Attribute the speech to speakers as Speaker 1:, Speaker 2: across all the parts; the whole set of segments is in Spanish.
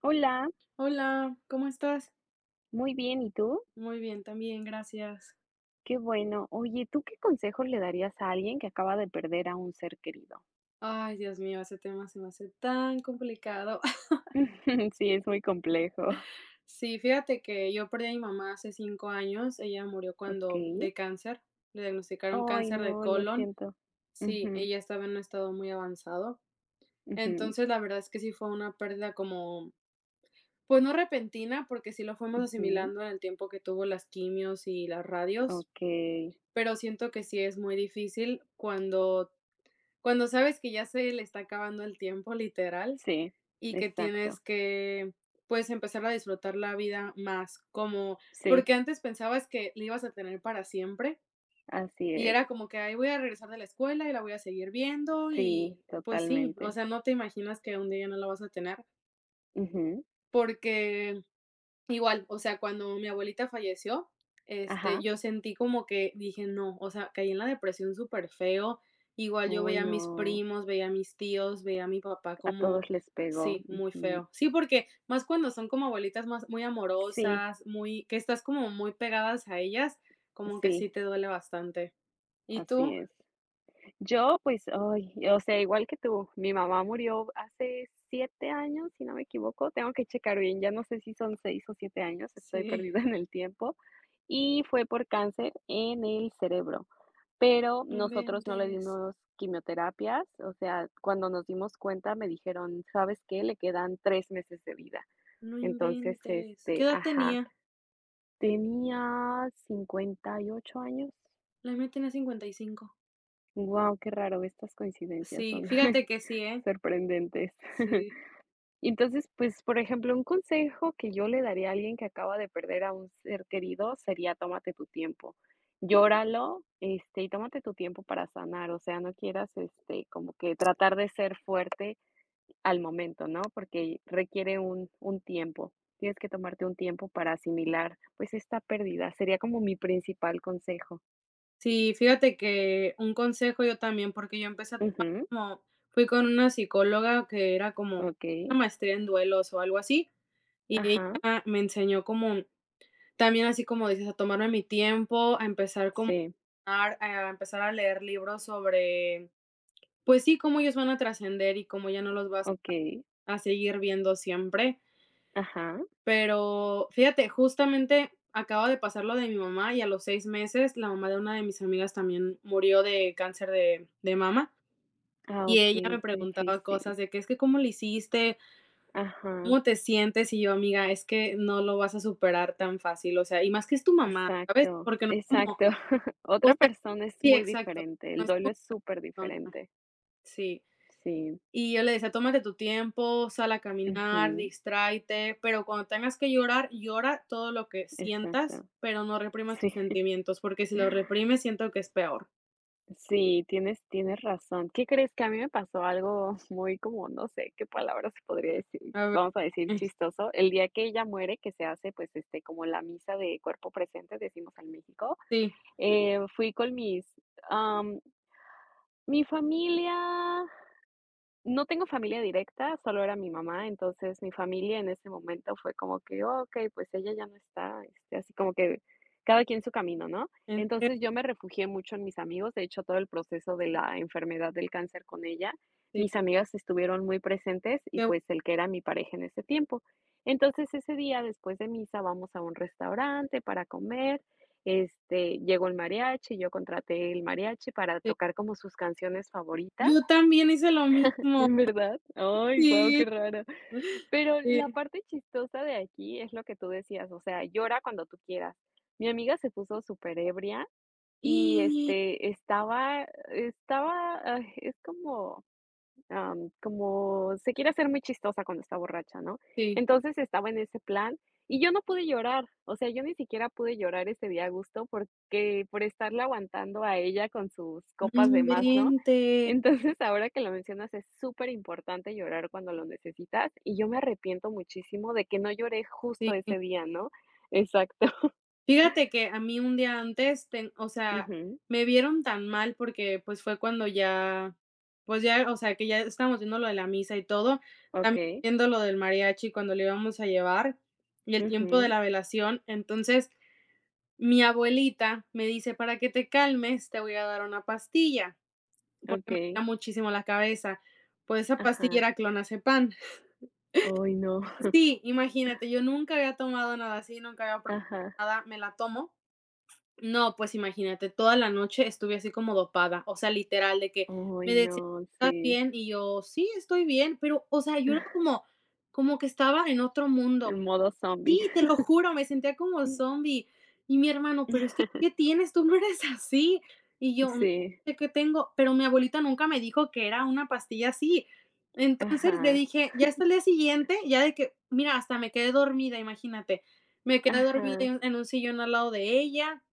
Speaker 1: Hola,
Speaker 2: Hola, ¿cómo estás?
Speaker 1: muy bien, ¿y tú?
Speaker 2: Muy bien, también, gracias.
Speaker 1: Qué bueno. Oye, ¿tú qué consejos le darías a alguien que acaba de perder a un ser querido?
Speaker 2: Ay, Dios mío, ese tema se me hace tan complicado.
Speaker 1: Sí, es muy complejo.
Speaker 2: Sí, fíjate que yo perdí a mi mamá hace 5 años. Ella murió cuando
Speaker 1: Okey.
Speaker 2: de cáncer. Le diagnosticaron
Speaker 1: Ay,
Speaker 2: cáncer de
Speaker 1: no, lo
Speaker 2: colon.
Speaker 1: siento.
Speaker 2: Sí,
Speaker 1: Ujú,
Speaker 2: ella estaba en un estado muy avanzado.
Speaker 1: ujú,
Speaker 2: Entonces, la verdad es que sí fue una pérdida como, pues no repentina, porque sí lo fuimos
Speaker 1: ujú.
Speaker 2: asimilando en el tiempo que tuvo las quimios y las radios,
Speaker 1: Okey.
Speaker 2: pero siento que sí es muy difícil cuando cuando sabes que ya se le está acabando el tiempo, literal,
Speaker 1: Sí,
Speaker 2: y que tienes
Speaker 1: exacto.
Speaker 2: que, pues, empezar a disfrutar la vida más, como
Speaker 1: Sí,
Speaker 2: porque antes pensabas que la ibas a tener para siempre,
Speaker 1: así
Speaker 2: y
Speaker 1: es.
Speaker 2: era como que: "Ahí voy a regresar de la escuela y la voy a seguir viendo",
Speaker 1: Sí,
Speaker 2: y pues sí, o
Speaker 1: totalmente.
Speaker 2: sea, no te imaginas que un día ya no la vas a tener,
Speaker 1: Ujú.
Speaker 2: porque igual, o sea, cuando mi abuelita falleció, este,
Speaker 1: Ajá.
Speaker 2: yo sentí como que dije: "No", o sea, caí en la depresión súper feo. Igual yo
Speaker 1: Uy,
Speaker 2: veía a mis
Speaker 1: no,
Speaker 2: primos, veía a mis tíos, veía a mi papá
Speaker 1: a
Speaker 2: como
Speaker 1: todos les pegó.
Speaker 2: sí, muy
Speaker 1: Ujú.
Speaker 2: feo. Sí, porque más cuando son como abuelitas más muy
Speaker 1: Sí,
Speaker 2: amorosas, muy que estás como muy pegadas a ellas, como que
Speaker 1: sí,
Speaker 2: sí te duele bastante. ¿Y
Speaker 1: así
Speaker 2: tú?
Speaker 1: es. Yo, pues, ay, o sea, igual que tú, mi mamá murió hace 7 años, si no me equivoco, tengo que checar bien, ya no sé si son 6 o 7 años, estoy
Speaker 2: Sí,
Speaker 1: perdida en el tiempo, y fue por cáncer en el cerebro, pero
Speaker 2: no
Speaker 1: nosotros no le
Speaker 2: inventes,
Speaker 1: dimos quimioterapias, o sea, cuando nos dimos cuenta me dijeron, ¿sabes qué? Le quedan 3 meses de vida.
Speaker 2: no
Speaker 1: Entonces,
Speaker 2: inventes. ¿Qué
Speaker 1: este,
Speaker 2: edad
Speaker 1: ajá,
Speaker 2: tenía?
Speaker 1: tenía 58 años.
Speaker 2: La mía tenía 55.
Speaker 1: Wow, qué raro, estas coincidencias
Speaker 2: Sí,
Speaker 1: son
Speaker 2: fíjate que sí, ¿eh?
Speaker 1: sorprendentes.
Speaker 2: Sí.
Speaker 1: Y entonces, pues, por ejemplo, un consejo que yo le daría a alguien que acaba de perder a un ser querido sería: tómate tu tiempo, llóralo, este, y tómate tu tiempo para sanar, o sea, no quieras, este, como que tratar de ser fuerte al momento, ¿no? Porque requiere un tiempo, tienes que tomarte un tiempo para asimilar, pues, esta pérdida, sería como mi principal consejo.
Speaker 2: Sí, fíjate que un consejo yo también, porque yo empecé a tomar
Speaker 1: Ujú,
Speaker 2: como fui con una psicóloga que era como
Speaker 1: okey,
Speaker 2: una maestría en duelos o algo así, y
Speaker 1: ajá,
Speaker 2: ella me enseñó como también así como dices, a tomarme mi tiempo, a empezar como
Speaker 1: sí.
Speaker 2: a empezar a leer libros sobre, pues sí, cómo ellos van a trascender y cómo ya no los vas
Speaker 1: Okey,
Speaker 2: a seguir viendo siempre.
Speaker 1: ajá.
Speaker 2: Pero fíjate, justamente acaba de pasar lo de mi mamá y a los 6 meses la mamá de una de mis amigas también murió de cáncer de mama,
Speaker 1: Ah,
Speaker 2: y ella me
Speaker 1: okey, qué
Speaker 2: preguntaba cosas
Speaker 1: difícil.
Speaker 2: de que: "Es que, ¿cómo lo hiciste?
Speaker 1: Ajá,
Speaker 2: ¿Cómo te sientes?". Y yo: "Amiga, es que no lo vas a superar tan fácil, o sea, y más que es tu mamá", ¿sabes?
Speaker 1: exacto,
Speaker 2: Porque no es como
Speaker 1: exacto.
Speaker 2: o
Speaker 1: Otra
Speaker 2: sea
Speaker 1: persona es
Speaker 2: sí,
Speaker 1: muy
Speaker 2: exacto,
Speaker 1: diferente,
Speaker 2: no
Speaker 1: el
Speaker 2: es
Speaker 1: duelo
Speaker 2: como
Speaker 1: es
Speaker 2: otra
Speaker 1: súper
Speaker 2: persona.
Speaker 1: diferente.
Speaker 2: Sí.
Speaker 1: Sí,
Speaker 2: Y yo le decía: "Tómate tu tiempo, sal a caminar,
Speaker 1: ujú,
Speaker 2: distráete, pero cuando tengas que llorar, llora todo lo que sientas,
Speaker 1: exacto.
Speaker 2: pero no reprimas
Speaker 1: Sí.
Speaker 2: tus sentimientos, porque si los reprimes, siento que es peor".
Speaker 1: Sí, tienes razón. ¿Qué crees? Que a mí me pasó algo muy como, no sé, qué palabra se podría decir,
Speaker 2: A ver,
Speaker 1: vamos a decir
Speaker 2: eh,
Speaker 1: chistoso. El día que ella muere, que se hace, pues, este, como la misa de cuerpo presente, decimos en México,
Speaker 2: sí,
Speaker 1: fui con mis, am, mi familia, no tengo familia directa, solo era mi mamá, entonces mi familia en ese momento fue como que: "Okey, pues ella ya no está", este, así como que cada quien su camino, ¿no?
Speaker 2: en
Speaker 1: Entonces,
Speaker 2: serio,
Speaker 1: yo me refugié mucho en mis amigos, de hecho, todo el proceso de la enfermedad del cáncer con ella,
Speaker 2: sí,
Speaker 1: mis amigas estuvieron muy presentes y,
Speaker 2: qué bueno,
Speaker 1: pues, el que era mi pareja en ese tiempo. Entonces, ese día, después de misa, vamos a un restaurante para comer, este, llegó el mariachi, yo contraté el mariachi para
Speaker 2: sí.
Speaker 1: tocar como sus canciones favoritas.
Speaker 2: Yo también hice lo mismo.
Speaker 1: ¿En verdad? Ay, guau, qué
Speaker 2: Sí.
Speaker 1: raro. Pero
Speaker 2: Sí.
Speaker 1: la parte chistosa de aquí es lo que tú decías, o sea, llora cuando tú quieras. Mi amiga se puso súper ebria y, este, estaba, ay, es como como se quiere hacer muy chistosa cuando está borracha, ¿no?
Speaker 2: Sí,
Speaker 1: Entonces estaba en ese plan y yo no pude llorar, o sea, yo ni siquiera pude llorar ese día a gusto porque por estarla aguantando a ella con sus
Speaker 2: no
Speaker 1: copas de más, ¿no?
Speaker 2: inventes.
Speaker 1: Entonces, ahora que lo mencionas, es súper importante llorar cuando lo necesitas y yo me arrepiento muchísimo de que no lloré justo
Speaker 2: Sí.
Speaker 1: ese día, ¿no? Exacto.
Speaker 2: Fíjate que a mí un día antes, ten o sea,
Speaker 1: Ujú,
Speaker 2: me vieron tan mal porque, pues, fue cuando ya, pues ya, o sea, que ya estábamos viendo lo de la misa y todo, también
Speaker 1: okey,
Speaker 2: viendo lo del mariachi cuando le íbamos a llevar y el tiempo de
Speaker 1: ujú,
Speaker 2: la velación. Entonces, mi abuelita me dice: "Para que te calmes, te voy a dar una pastilla", porque me da
Speaker 1: okey.
Speaker 2: muchísimo la cabeza. Pues esa pastilla
Speaker 1: Ajá.
Speaker 2: era clonazepam.
Speaker 1: Ay, no.
Speaker 2: Sí, imagínate, yo nunca había tomado nada así, nunca había probado
Speaker 1: Ajá.
Speaker 2: nada, me la tomo. No, pues imagínate, toda la noche estuve así como dopada, o sea, literal, de que
Speaker 1: Ay,
Speaker 2: me decían:
Speaker 1: no,
Speaker 2: "¿Estás
Speaker 1: sí.
Speaker 2: bien?", y yo: "Sí, estoy bien", pero, o sea, yo era como como que estaba en otro mundo.
Speaker 1: En modo zombie.
Speaker 2: Sí, te lo juro, me sentía como zombie. Y mi hermano: "Pero es que, ¿qué tienes? Tú no eres así". Y yo: "No
Speaker 1: Sí,
Speaker 2: sé qué tengo", pero mi abuelita nunca me dijo que era una pastilla así. Entonces le
Speaker 1: ajá,
Speaker 2: dije ya hasta el día siguiente, ya de que mira, hasta me quedé dormida, imagínate. Me quedé dormida
Speaker 1: ajá,
Speaker 2: en un sillón al lado de ella.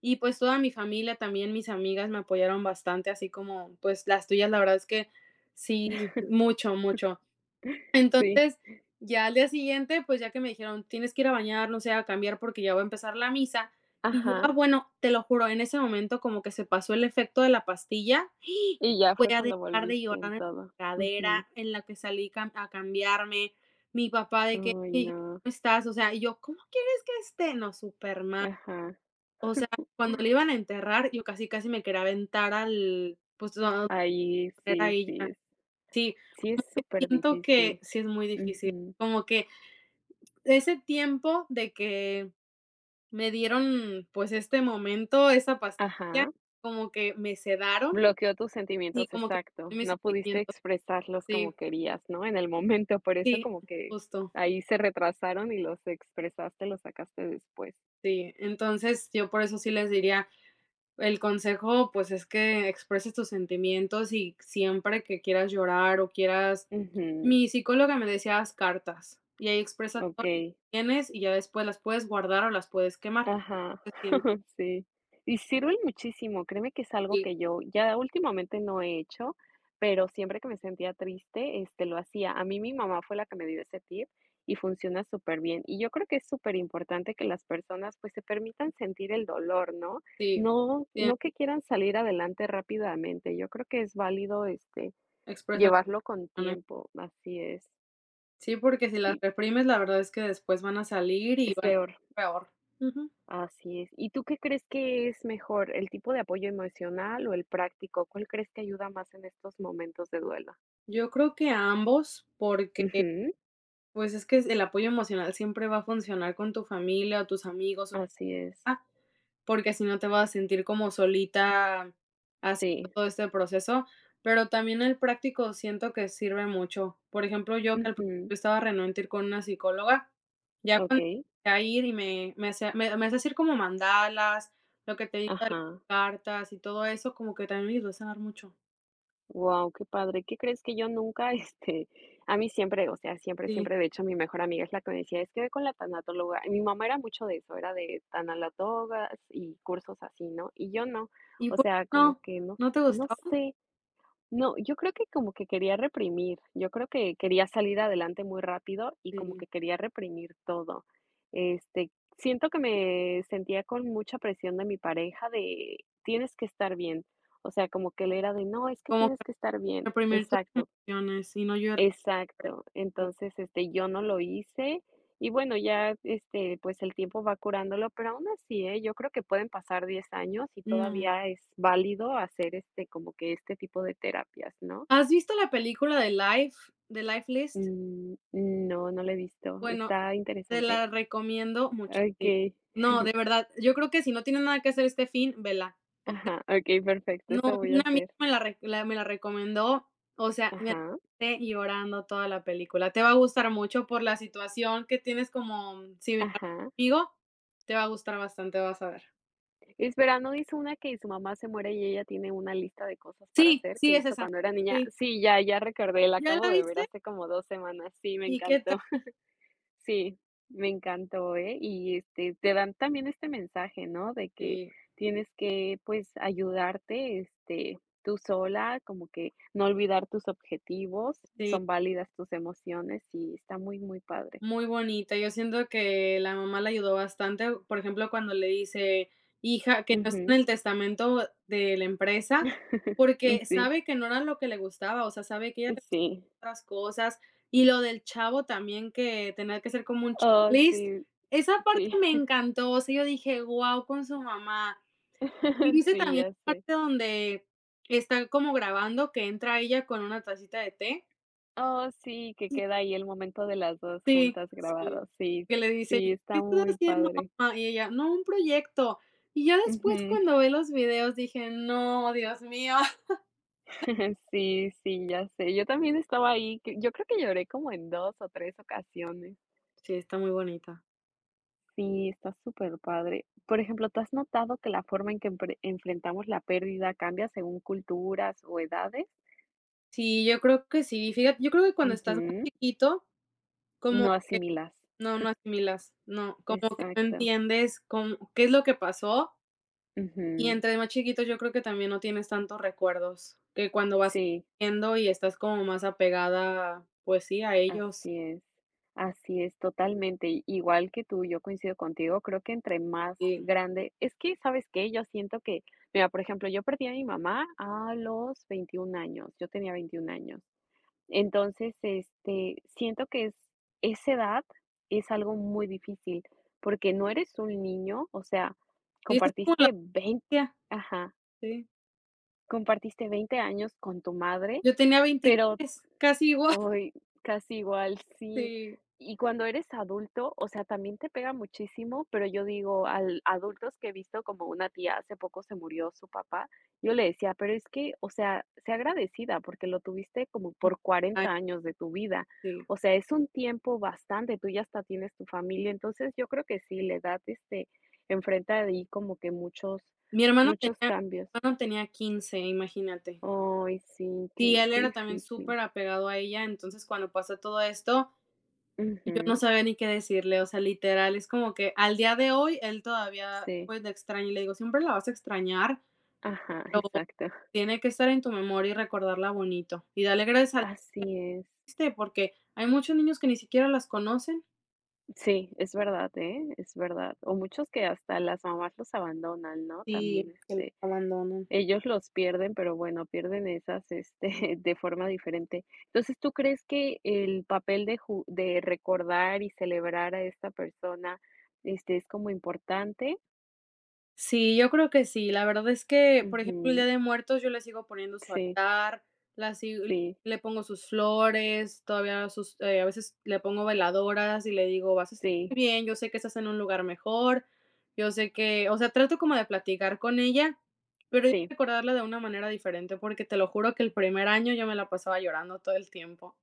Speaker 2: Y pues toda mi familia, también mis amigas me apoyaron bastante, así como pues las tuyas, la verdad es que sí, mucho, mucho.
Speaker 1: sí,
Speaker 2: Entonces, ya al día siguiente, pues ya que me dijeron, tienes que ir a bañar, no sé, a cambiar porque ya va a empezar la misa. Y yo,
Speaker 1: ajá.
Speaker 2: ah, bueno, te lo juro, en ese momento como que se pasó el efecto de la pastilla, no
Speaker 1: Y ya fue
Speaker 2: podía
Speaker 1: cuando
Speaker 2: dejar de
Speaker 1: volviste en
Speaker 2: llorar en la
Speaker 1: todo. Ujú.
Speaker 2: cadera en la que salí a cambiarme, mi papá de que,
Speaker 1: Ay,
Speaker 2: hija,
Speaker 1: no,
Speaker 2: ¿cómo estás? O sea, y yo, ¿cómo quieres que esté? No, súper mal.
Speaker 1: ajá.
Speaker 2: O sea, cuando lo iban a enterrar, yo casi, casi me quería aventar al, pues,
Speaker 1: Ahí
Speaker 2: era
Speaker 1: sí,
Speaker 2: ella.
Speaker 1: sí es
Speaker 2: Sí,
Speaker 1: sí es
Speaker 2: como que
Speaker 1: súper
Speaker 2: siento que
Speaker 1: difícil.
Speaker 2: sí es muy difícil.
Speaker 1: Ujú.
Speaker 2: Como que ese tiempo de que me dieron, pues, este momento, esa pastilla,
Speaker 1: Ajá.
Speaker 2: como que me sedaron
Speaker 1: Bloqueó tus
Speaker 2: y
Speaker 1: sentimientos,
Speaker 2: como que
Speaker 1: exacto.
Speaker 2: mis
Speaker 1: No pudiste
Speaker 2: sentimientos.
Speaker 1: expresarlos como
Speaker 2: Sí,
Speaker 1: querías, ¿no? En el momento, por eso
Speaker 2: sí,
Speaker 1: como que
Speaker 2: justo,
Speaker 1: ahí se retrasaron y los expresaste, los sacaste después.
Speaker 2: sí. Entonces, yo por eso sí les diría, el consejo, pues, es que expreses tus sentimientos y siempre que quieras llorar o quieras.
Speaker 1: Ujú,
Speaker 2: Mi psicóloga me decía: "Haz cartas, y ahí expresa todo lo que
Speaker 1: okey.
Speaker 2: tienes, y ya después las puedes guardar o las puedes quemar".
Speaker 1: Ajá,
Speaker 2: Sí,
Speaker 1: sí. Y sirven muchísimo, créeme que es algo que yo ya últimamente no he hecho, pero siempre que me sentía triste, este, lo hacía. A mí mi mamá fue la que me dio ese tip y funciona súper bien. Y yo creo que es súper importante que las personas, pues, se permitan sentir el dolor, ¿no?
Speaker 2: sí,
Speaker 1: No
Speaker 2: sí,
Speaker 1: no que quieran salir adelante rápidamente. Yo creo que es válido, este,
Speaker 2: expresar.
Speaker 1: llevarlo con tiempo. Así es.
Speaker 2: Sí, porque si las
Speaker 1: Y
Speaker 2: reprimes, la verdad es que después van a salir y
Speaker 1: es
Speaker 2: van a
Speaker 1: peor.
Speaker 2: ser peor. Ujú.
Speaker 1: Así es. ¿Y tú qué crees que es mejor, el tipo de apoyo emocional o el práctico? ¿Cuál crees que ayuda más en estos momentos de duelo?
Speaker 2: Yo creo que a ambos, porque,
Speaker 1: Ujú,
Speaker 2: pues, es que el apoyo emocional siempre va a funcionar con tu familia o tus amigos.
Speaker 1: así es.
Speaker 2: Porque si no te vas a sentir como solita haciendo
Speaker 1: Sí.
Speaker 2: todo este proceso, pero también el práctico siento que sirve mucho. Por ejemplo, yo que al principio
Speaker 1: Ujú,
Speaker 2: estaba renuente a ir con una psicóloga, ya cuando
Speaker 1: okey.
Speaker 2: empecé a ir y me hacía hacer como mandalas, lo que te digo de las
Speaker 1: Ajá.
Speaker 2: cartas y todo eso, como que también me ayudó a sanar mucho.
Speaker 1: Wow, qué padre. ¿Qué crees que yo nunca, este, a mí siempre, o sea, siempre,
Speaker 2: Sí.
Speaker 1: siempre, de hecho, mi mejor amiga es la que me decía: "Es que ve con la tanatóloga". Y mi mamá era mucho de eso, era de tanatogas y cursos así, ¿no? Y yo no.
Speaker 2: ¿Y
Speaker 1: O
Speaker 2: por
Speaker 1: sea, como
Speaker 2: no?
Speaker 1: que no
Speaker 2: ¿No te
Speaker 1: sé no
Speaker 2: gustaba?
Speaker 1: sé, no, yo creo que como que quería reprimir, yo creo que quería salir adelante muy rápido y como que
Speaker 2: Sí,
Speaker 1: quería reprimir todo. Este, siento que me sentía con mucha presión de mi pareja de tienes que estar bien. O sea, como que él era de no, es que
Speaker 2: como que
Speaker 1: tienes que estar bien.
Speaker 2: reprimir tus
Speaker 1: Exacto,
Speaker 2: emociones y no llorar.
Speaker 1: exacto.
Speaker 2: Sí.
Speaker 1: Entonces, este, yo no lo hice y bueno, ya este, pues el tiempo va curándolo, pero aún así, ¿eh? Yo creo que pueden pasar 10 años y
Speaker 2: No.
Speaker 1: todavía es válido hacer este, como que este tipo de terapias, ¿no?
Speaker 2: ¿Has visto la película de Life List?
Speaker 1: Mm, no, no lo he visto.
Speaker 2: Bueno,
Speaker 1: Está
Speaker 2: te
Speaker 1: interesante.
Speaker 2: la recomiendo muchísimo.
Speaker 1: Okey.
Speaker 2: No, de verdad, yo creo que si no tienes nada que hacer este fin, vela. O sea,
Speaker 1: Ajá, okey, perfecto,
Speaker 2: no,
Speaker 1: eso voy a
Speaker 2: una amiga
Speaker 1: hacer.
Speaker 2: me la recomendó, o sea, me la
Speaker 1: Ajá,
Speaker 2: pasé llorando toda la película. Te va a gustar mucho por la situación que tienes como similar
Speaker 1: ajá.
Speaker 2: conmigo, te va a gustar bastante, vas a ver.
Speaker 1: Espera, ¿no hizo una que su mamá se muere y ella tiene una lista de cosas para
Speaker 2: Sí,
Speaker 1: hacer que
Speaker 2: sí, es
Speaker 1: hizo
Speaker 2: esa.
Speaker 1: cuando era niña?
Speaker 2: Sí,
Speaker 1: Sí, ya, ya recordé, la
Speaker 2: ¿ya
Speaker 1: acabo
Speaker 2: la
Speaker 1: de ver
Speaker 2: viste?
Speaker 1: hace como 2 semanas. Sí, me
Speaker 2: ¿Y qué
Speaker 1: encantó.
Speaker 2: tal?
Speaker 1: Sí, me encantó, ¿eh? Y, este, te dan también este mensaje, ¿no? De que
Speaker 2: Sí,
Speaker 1: tienes que, pues, ayudarte, este, tú sola, como que no olvidar tus objetivos,
Speaker 2: sí.
Speaker 1: son válidas tus emociones y está muy, muy padre.
Speaker 2: Muy bonita. Yo siento que la mamá la ayudó bastante, por ejemplo, cuando le dice: "Hija", que no está
Speaker 1: Ujú.
Speaker 2: en el testamento de la empresa, porque
Speaker 1: Sí,
Speaker 2: sabe que no era lo que le gustaba, o sea, sabe que a ella le
Speaker 1: sí.
Speaker 2: gustaban otras cosas, y lo del chavo también, que tenía que ser como un
Speaker 1: Oh,
Speaker 2: checklist.
Speaker 1: sí,
Speaker 2: Esa parte
Speaker 1: sí.
Speaker 2: me encantó, o sea, yo dije: "Guau", con su mamá. Y viste
Speaker 1: Sí,
Speaker 2: también
Speaker 1: ya
Speaker 2: la
Speaker 1: sé.
Speaker 2: parte donde está como grabando, que entra ella con una tacita de té.
Speaker 1: Oh, sí, que queda ahí el momento de las 2
Speaker 2: Sí,
Speaker 1: juntas
Speaker 2: sí,
Speaker 1: grabadas. Sí,
Speaker 2: que le dice:
Speaker 1: sí,
Speaker 2: "¿Qué
Speaker 1: está
Speaker 2: estás
Speaker 1: muy
Speaker 2: haciendo,
Speaker 1: padre.
Speaker 2: mamá?". Y ella: "No, un proyecto". Y ya después
Speaker 1: Ujú.
Speaker 2: cuando ve los videos dije: "No, Dios mío".
Speaker 1: Sí, sí, ya sé. Yo también estaba ahí, que yo creo que lloré como en 2 o 3 ocasiones.
Speaker 2: Sí, está muy bonita.
Speaker 1: Sí, está súper padre. Por ejemplo, ¿tú has notado que la forma en que empre enfrentamos la pérdida cambia según culturas o edades?
Speaker 2: Sí, yo creo que sí. Fíjate, yo creo que cuando estás más
Speaker 1: Ujú.
Speaker 2: chiquito, como
Speaker 1: No asimilas.
Speaker 2: no, no asimilas, no, como que no
Speaker 1: Exacto.
Speaker 2: entiendes cómo qué es lo que pasó, y
Speaker 1: Ujú.
Speaker 2: entre más chiquito yo creo que también no tienes tantos recuerdos que cuando vas
Speaker 1: Sí.
Speaker 2: creciendo y estás como más apegada, pues sí, a ellos.
Speaker 1: Así es, así es, totalmente. I Igual que tú, yo coincido contigo, creo que entre más
Speaker 2: Sí,
Speaker 1: grande es que, ¿sabes qué? Yo siento que, mira, por ejemplo, yo perdí a mi mamá a los 21 años, yo tenía 21 años. Entonces, este, siento que es esa edad es algo muy difícil, porque no eres un niño, o sea,
Speaker 2: sí, eso es como la
Speaker 1: compartiste veinte
Speaker 2: adolescencia,
Speaker 1: ajá,
Speaker 2: sí.
Speaker 1: compartiste 20 años con tu madre,
Speaker 2: Yo tenía
Speaker 1: pero,
Speaker 2: 23 casi igual,
Speaker 1: ay, casi igual, sí.
Speaker 2: sí.
Speaker 1: Y cuando eres adulto, o sea, también te pega muchísimo, pero yo digo, al adultos que he visto, como una tía hace poco se murió su papá, yo le decía, pero es que, o sea, sé agradecida porque lo tuviste como por
Speaker 2: Ay,
Speaker 1: 40 años de tu vida.
Speaker 2: sí.
Speaker 1: O sea, es un tiempo bastante, tú ya hasta tienes tu familia. Entonces, yo creo que sí, la edad, este, enfrenta ahí como que muchos, muchos cambios.
Speaker 2: Mi hermano tenía 15, imagínate.
Speaker 1: Ay, sí,
Speaker 2: Sí,
Speaker 1: qué,
Speaker 2: él
Speaker 1: qué
Speaker 2: era también
Speaker 1: difícil.
Speaker 2: superapegado a ella, entonces, cuando pasa todo esto, yo no
Speaker 1: Ujú,
Speaker 2: sabía ni qué decirle, o sea, literal, es como que al día de hoy, él todavía,
Speaker 1: sí.
Speaker 2: pues, la extraña, y le digo: "Siempre la vas a extrañar,
Speaker 1: Ajá,
Speaker 2: pero
Speaker 1: exacto.
Speaker 2: tiene que estar en tu memoria y recordarla bonito, y dale gracias a
Speaker 1: Así es.
Speaker 2: Dios", porque hay muchos niños que ni siquiera las conocen.
Speaker 1: Sí, es verdad, ¿eh? Es verdad. O muchos que hasta las mamás los abandonan, ¿no? También,
Speaker 2: Sí, que los
Speaker 1: este,
Speaker 2: abandonan.
Speaker 1: ellos los pierden, pero bueno, pierden esas, este, de forma diferente. Entonces, ¿tú crees que el papel de recordar y celebrar a esta persona, este, es como importante?
Speaker 2: Sí, yo creo que sí. La verdad es que, por ejemplo, el Día
Speaker 1: Ujú.
Speaker 2: de Muertos yo le sigo poniendo su
Speaker 1: Sí,
Speaker 2: altar, la sigo
Speaker 1: sí,
Speaker 2: le pongo sus flores, todavía sus, a veces le pongo veladoras y le digo: "Vas a estar
Speaker 1: sí,
Speaker 2: muy bien, yo sé que estás en un lugar mejor, yo sé que", o sea, trato como de platicar con ella, pero yo
Speaker 1: sí.
Speaker 2: recordarla de una manera diferente, porque te lo juro que el primer año yo me la pasaba llorando todo el tiempo.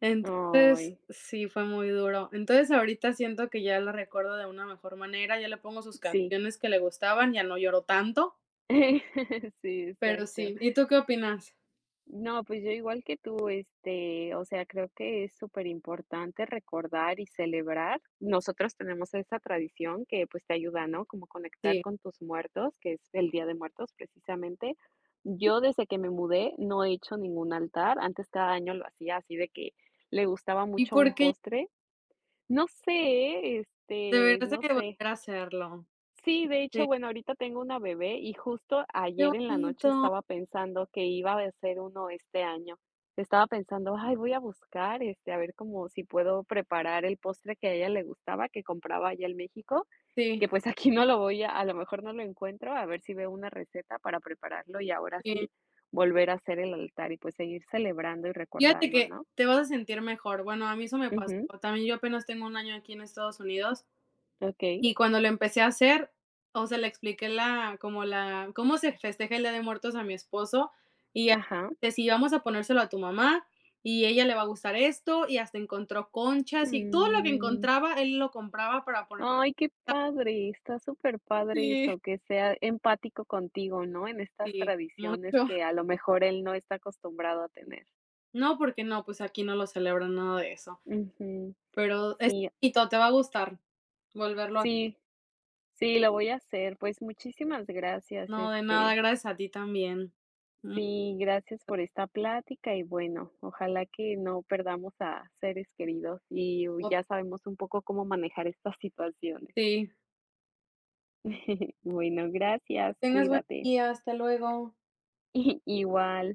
Speaker 2: Entonces,
Speaker 1: Ay,
Speaker 2: sí, fue muy duro. Entonces, ahorita siento que ya la recuerdo de una mejor manera, ya le pongo sus
Speaker 1: sí.
Speaker 2: canciones que le gustaban, ya no lloro tanto,
Speaker 1: Sí,
Speaker 2: pero
Speaker 1: exacto.
Speaker 2: sí. ¿Y tú qué opinas?
Speaker 1: No, pues yo igual que tú, este, o sea, creo que es súper importante recordar y celebrar. Nosotros tenemos esa tradición que pues te ayuda, ¿no? Como conectar
Speaker 2: Sí.
Speaker 1: con tus muertos, que es el Día de Muertos precisamente. Yo desde que me mudé no he hecho ningún altar. Antes cada año lo hacía así de que le gustaba
Speaker 2: ¿Y
Speaker 1: mucho un
Speaker 2: por qué
Speaker 1: postre. No sé, este,
Speaker 2: deberías de
Speaker 1: no sé.
Speaker 2: volver a hacerlo?
Speaker 1: Sí, de hecho,
Speaker 2: Sí.
Speaker 1: bueno, ahorita tengo una bebé y justo
Speaker 2: Qué
Speaker 1: ayer en la noche
Speaker 2: bonito.
Speaker 1: estaba pensando que iba a hacer uno este año. Estaba pensando, ay, voy a buscar, este, a ver cómo si puedo preparar el postre que a ella le gustaba, que compraba allá en México,
Speaker 2: Sí,
Speaker 1: que pues aquí no lo voy a lo mejor no lo encuentro, a ver si veo una receta para prepararlo y ahora
Speaker 2: sí.
Speaker 1: sí volver a hacer el altar y pues seguir celebrando y
Speaker 2: Fíjate
Speaker 1: recordando,
Speaker 2: que
Speaker 1: ¿no?
Speaker 2: te vas a sentir mejor. Bueno, a mí eso me pasó.
Speaker 1: Ujú,
Speaker 2: También yo apenas tengo un año aquí en Estados Unidos.
Speaker 1: ok,
Speaker 2: Y cuando lo empecé a hacer, o sea, le expliqué la como la cómo se festeja el Día de Muertos a mi esposo, y ya
Speaker 1: ajá.
Speaker 2: de si vamos a ponérselo a tu mamá, y ella le va a gustar esto, y hasta encontró conchas, y todo lo que
Speaker 1: Mm.
Speaker 2: encontraba, él lo compraba para poner.
Speaker 1: Ay, qué padre, está súper padre
Speaker 2: Sí,
Speaker 1: eso, que sea empático contigo, ¿no? En estas
Speaker 2: sí,
Speaker 1: tradiciones
Speaker 2: mucho.
Speaker 1: que a lo mejor él no está acostumbrado a tener.
Speaker 2: No, porque no, pues, aquí no lo celebran, nada de eso.
Speaker 1: Ujú.
Speaker 2: Pero es
Speaker 1: Sí,
Speaker 2: bonito, te va a gustar volverlo a hacer.
Speaker 1: sí, sí, lo voy a hacer. Pues muchísimas gracias,
Speaker 2: No, de nada,
Speaker 1: este,
Speaker 2: gracias a ti también. Mm,
Speaker 1: sí, gracias por esta plática y bueno, ojalá que no perdamos a seres queridos y
Speaker 2: o
Speaker 1: ya sabemos un poco cómo manejar estas situaciones.
Speaker 2: sí,
Speaker 1: Bueno,
Speaker 2: que
Speaker 1: gracias,
Speaker 2: tengas buen
Speaker 1: cuídate.
Speaker 2: día, hasta luego.
Speaker 1: Igual.